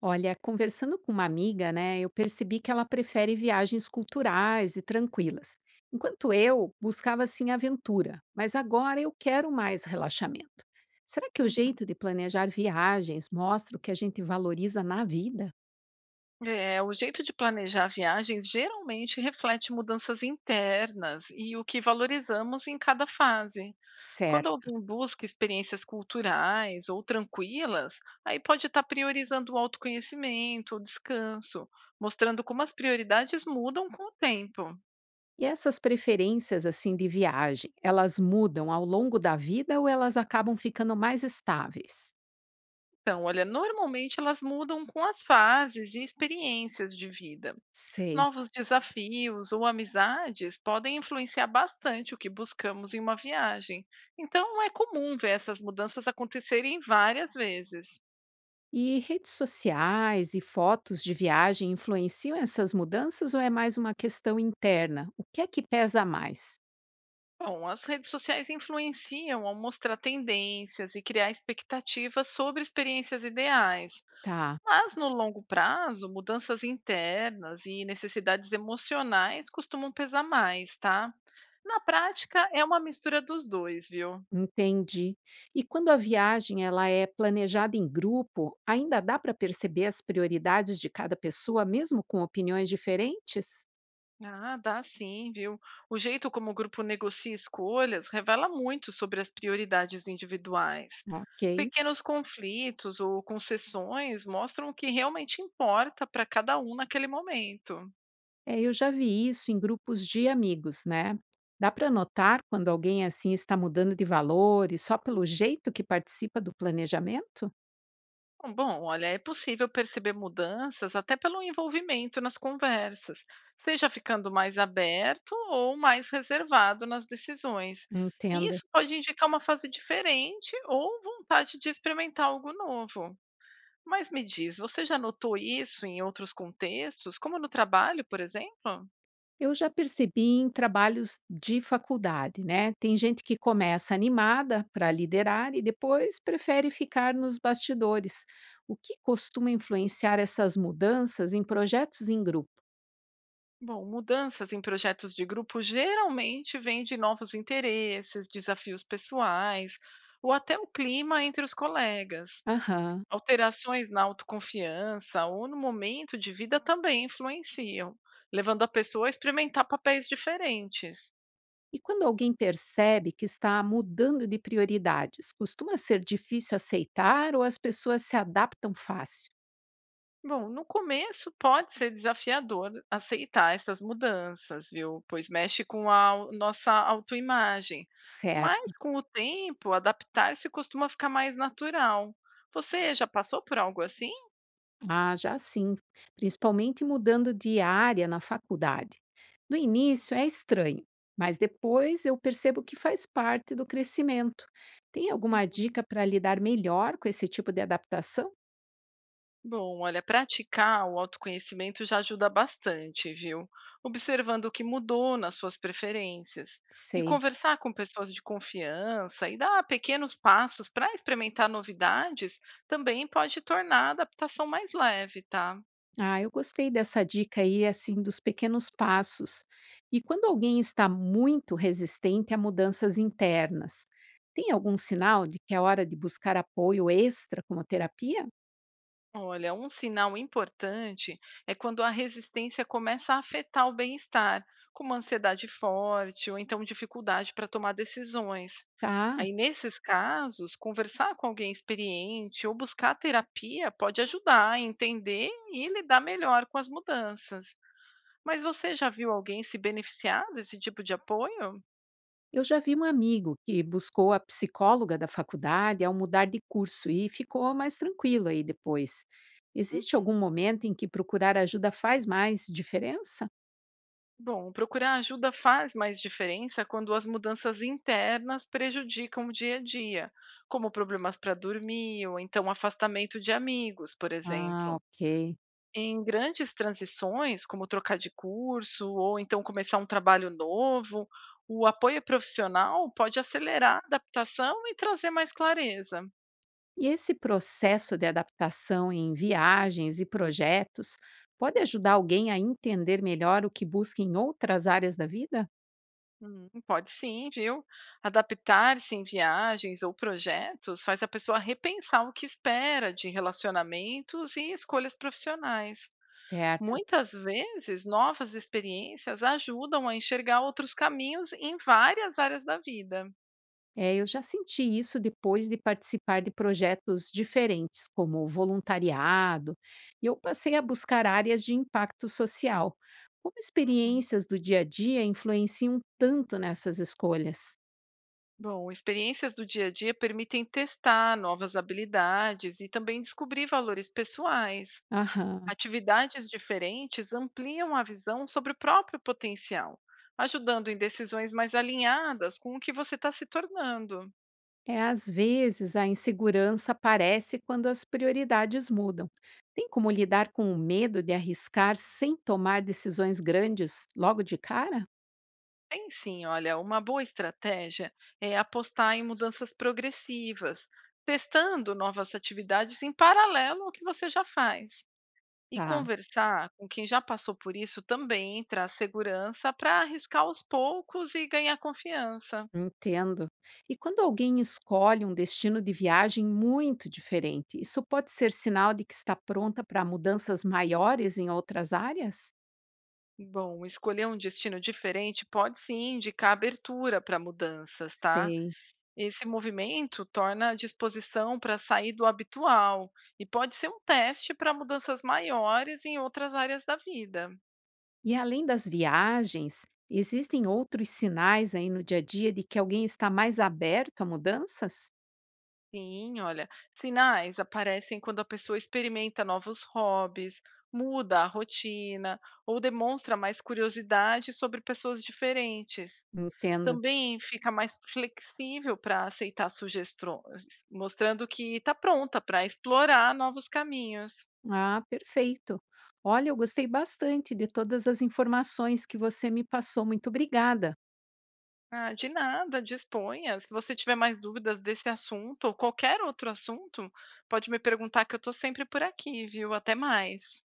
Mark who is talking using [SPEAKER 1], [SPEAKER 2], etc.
[SPEAKER 1] Olha, conversando com uma amiga, né, eu percebi que ela prefere viagens culturais e tranquilas, enquanto eu buscava assim aventura, mas agora eu quero mais relaxamento. Será que o
[SPEAKER 2] Uhum.
[SPEAKER 1] jeito de planejar viagens mostra o que a gente valoriza na vida?
[SPEAKER 2] É, o jeito de planejar a viagem geralmente reflete mudanças internas e o que valorizamos em cada fase. Quando
[SPEAKER 1] Certo.
[SPEAKER 2] alguém busca experiências culturais ou tranquilas, aí pode estar priorizando o autoconhecimento, o descanso, mostrando como as prioridades mudam com o tempo.
[SPEAKER 1] E essas preferências assim de viagem, elas mudam ao longo da vida ou elas acabam ficando mais estáveis?
[SPEAKER 2] Então, olha, normalmente elas mudam com as fases e experiências de vida.
[SPEAKER 1] Sei.
[SPEAKER 2] Novos desafios ou amizades podem influenciar bastante o que buscamos em uma viagem. Então, é comum ver essas mudanças acontecerem várias vezes.
[SPEAKER 1] E redes sociais e fotos de viagem influenciam essas mudanças ou é mais uma questão interna? O que é que pesa mais?
[SPEAKER 2] Bom, as redes sociais influenciam ao mostrar tendências e criar expectativas sobre experiências ideais.
[SPEAKER 1] Tá,
[SPEAKER 2] Mas, no longo prazo, mudanças internas e necessidades emocionais costumam pesar mais, tá? Na prática, é uma mistura dos dois, viu?
[SPEAKER 1] entendi. E quando a viagem ela é planejada em grupo, ainda dá para perceber as prioridades de cada pessoa, mesmo com opiniões diferentes?
[SPEAKER 2] Ah, dá sim, viu? O jeito como o grupo negocia escolhas revela muito sobre as prioridades individuais.
[SPEAKER 1] Ok.
[SPEAKER 2] Pequenos conflitos ou concessões mostram o que realmente importa para cada um naquele momento.
[SPEAKER 1] É, eu já vi isso em grupos de amigos, né? Dá para notar quando alguém assim está mudando de valores só pelo jeito que participa do planejamento?
[SPEAKER 2] Bom, olha, é possível perceber mudanças até pelo envolvimento nas conversas, seja ficando mais aberto ou mais reservado nas decisões. E
[SPEAKER 1] Entendo.
[SPEAKER 2] isso pode indicar uma fase diferente ou vontade de experimentar algo novo. Mas me diz, você já notou isso em outros contextos, como no trabalho, por exemplo?
[SPEAKER 1] Eu já percebi em trabalhos de faculdade, né? Tem gente que começa animada para liderar e depois prefere ficar nos bastidores. O que costuma influenciar essas mudanças em projetos em grupo?
[SPEAKER 2] Bom, mudanças em projetos de grupo geralmente vêm de novos interesses, desafios pessoais ou até o clima entre os colegas.
[SPEAKER 1] Aham.
[SPEAKER 2] Alterações na autoconfiança ou no momento de vida também influenciam, levando a pessoa a experimentar papéis diferentes.
[SPEAKER 1] E quando alguém percebe que está mudando de prioridades, costuma ser difícil aceitar ou as pessoas se adaptam fácil?
[SPEAKER 2] Bom, no começo pode ser desafiador aceitar essas mudanças, viu? Pois mexe com nossa autoimagem.
[SPEAKER 1] Certo.
[SPEAKER 2] Mas com o tempo, adaptar-se costuma ficar mais natural. Você já passou por algo assim?
[SPEAKER 1] Ah, já sim, principalmente mudando de área na faculdade. No início é estranho, mas depois eu percebo que faz parte do crescimento. Tem alguma
[SPEAKER 2] Uhum.
[SPEAKER 1] dica para lidar melhor com esse tipo de adaptação?
[SPEAKER 2] Bom, olha, praticar o autoconhecimento já ajuda bastante, viu? Observando o que mudou nas suas preferências e
[SPEAKER 1] Sei.
[SPEAKER 2] conversar com pessoas de confiança e dar pequenos passos para experimentar novidades também pode tornar a adaptação mais leve, tá?
[SPEAKER 1] Ah, eu gostei dessa dica aí, assim, dos pequenos passos. E quando alguém está muito resistente a mudanças internas, tem algum sinal de que é hora de buscar apoio extra como terapia?
[SPEAKER 2] Olha, um sinal importante é quando a resistência começa a afetar o bem-estar, como ansiedade forte ou então dificuldade para tomar decisões.
[SPEAKER 1] Tá.
[SPEAKER 2] Aí, nesses casos, conversar com alguém experiente ou buscar terapia pode ajudar a entender e lidar melhor com as mudanças. Mas você já viu alguém se beneficiar desse tipo de apoio?
[SPEAKER 1] Eu já vi um amigo que buscou a psicóloga da faculdade ao mudar de curso e ficou mais tranquilo aí depois. Existe algum
[SPEAKER 2] Uhum.
[SPEAKER 1] momento em que procurar ajuda faz mais diferença?
[SPEAKER 2] Bom, procurar ajuda faz mais diferença quando as mudanças internas prejudicam o dia a dia, como problemas para dormir ou então afastamento de amigos, por
[SPEAKER 1] Ah,
[SPEAKER 2] exemplo.
[SPEAKER 1] ok.
[SPEAKER 2] Em grandes transições, como trocar de curso ou então começar um trabalho novo, o apoio profissional pode acelerar a adaptação e trazer mais clareza.
[SPEAKER 1] E esse processo de adaptação em viagens e projetos pode ajudar alguém a entender melhor o que busca em outras áreas da vida?
[SPEAKER 2] Pode sim, viu? Adaptar-se em viagens ou projetos faz a pessoa repensar o que espera de relacionamentos e escolhas profissionais.
[SPEAKER 1] Certo.
[SPEAKER 2] Muitas vezes, novas experiências ajudam a enxergar outros caminhos em várias áreas da vida.
[SPEAKER 1] É, eu já senti isso depois de participar de projetos diferentes, como voluntariado, e eu passei a buscar áreas de impacto social. Como
[SPEAKER 2] Uhum.
[SPEAKER 1] experiências do dia a dia influenciam tanto nessas escolhas?
[SPEAKER 2] Bom, experiências do dia a dia permitem testar novas habilidades e também descobrir valores pessoais.
[SPEAKER 1] Aham.
[SPEAKER 2] Atividades diferentes ampliam a visão sobre o próprio potencial, ajudando em decisões mais alinhadas com o que você está se tornando.
[SPEAKER 1] É, às vezes a insegurança aparece quando as prioridades mudam. Tem como lidar com o medo de arriscar sem tomar decisões grandes logo de cara?
[SPEAKER 2] Tem sim, olha, uma boa estratégia é apostar em mudanças progressivas, testando novas atividades em paralelo ao que você já faz. E
[SPEAKER 1] Tá.
[SPEAKER 2] conversar com quem já passou por isso também traz segurança para arriscar aos poucos e ganhar confiança.
[SPEAKER 1] Entendo. E quando alguém escolhe um destino de viagem muito diferente, isso pode ser sinal de que está pronta para mudanças maiores em outras áreas?
[SPEAKER 2] Bom, escolher um destino diferente pode sim indicar abertura para mudanças, tá?
[SPEAKER 1] Sei.
[SPEAKER 2] Esse movimento torna a disposição para sair do habitual e pode ser um teste para mudanças maiores em outras áreas da vida.
[SPEAKER 1] E além das viagens, existem outros sinais aí no dia a dia de que alguém está mais aberto a mudanças?
[SPEAKER 2] Sim, olha, sinais aparecem quando a pessoa experimenta novos hobbies, muda a rotina ou demonstra mais curiosidade sobre pessoas diferentes.
[SPEAKER 1] Entendo.
[SPEAKER 2] Também fica mais flexível para aceitar sugestões, mostrando que está pronta para explorar novos caminhos.
[SPEAKER 1] Ah, perfeito. Olha, eu gostei bastante de todas as informações que você me passou. Muito obrigada.
[SPEAKER 2] Ah, de nada, disponha. Se você tiver mais dúvidas desse assunto ou qualquer outro assunto, pode me perguntar que eu estou sempre por aqui, viu? Até mais.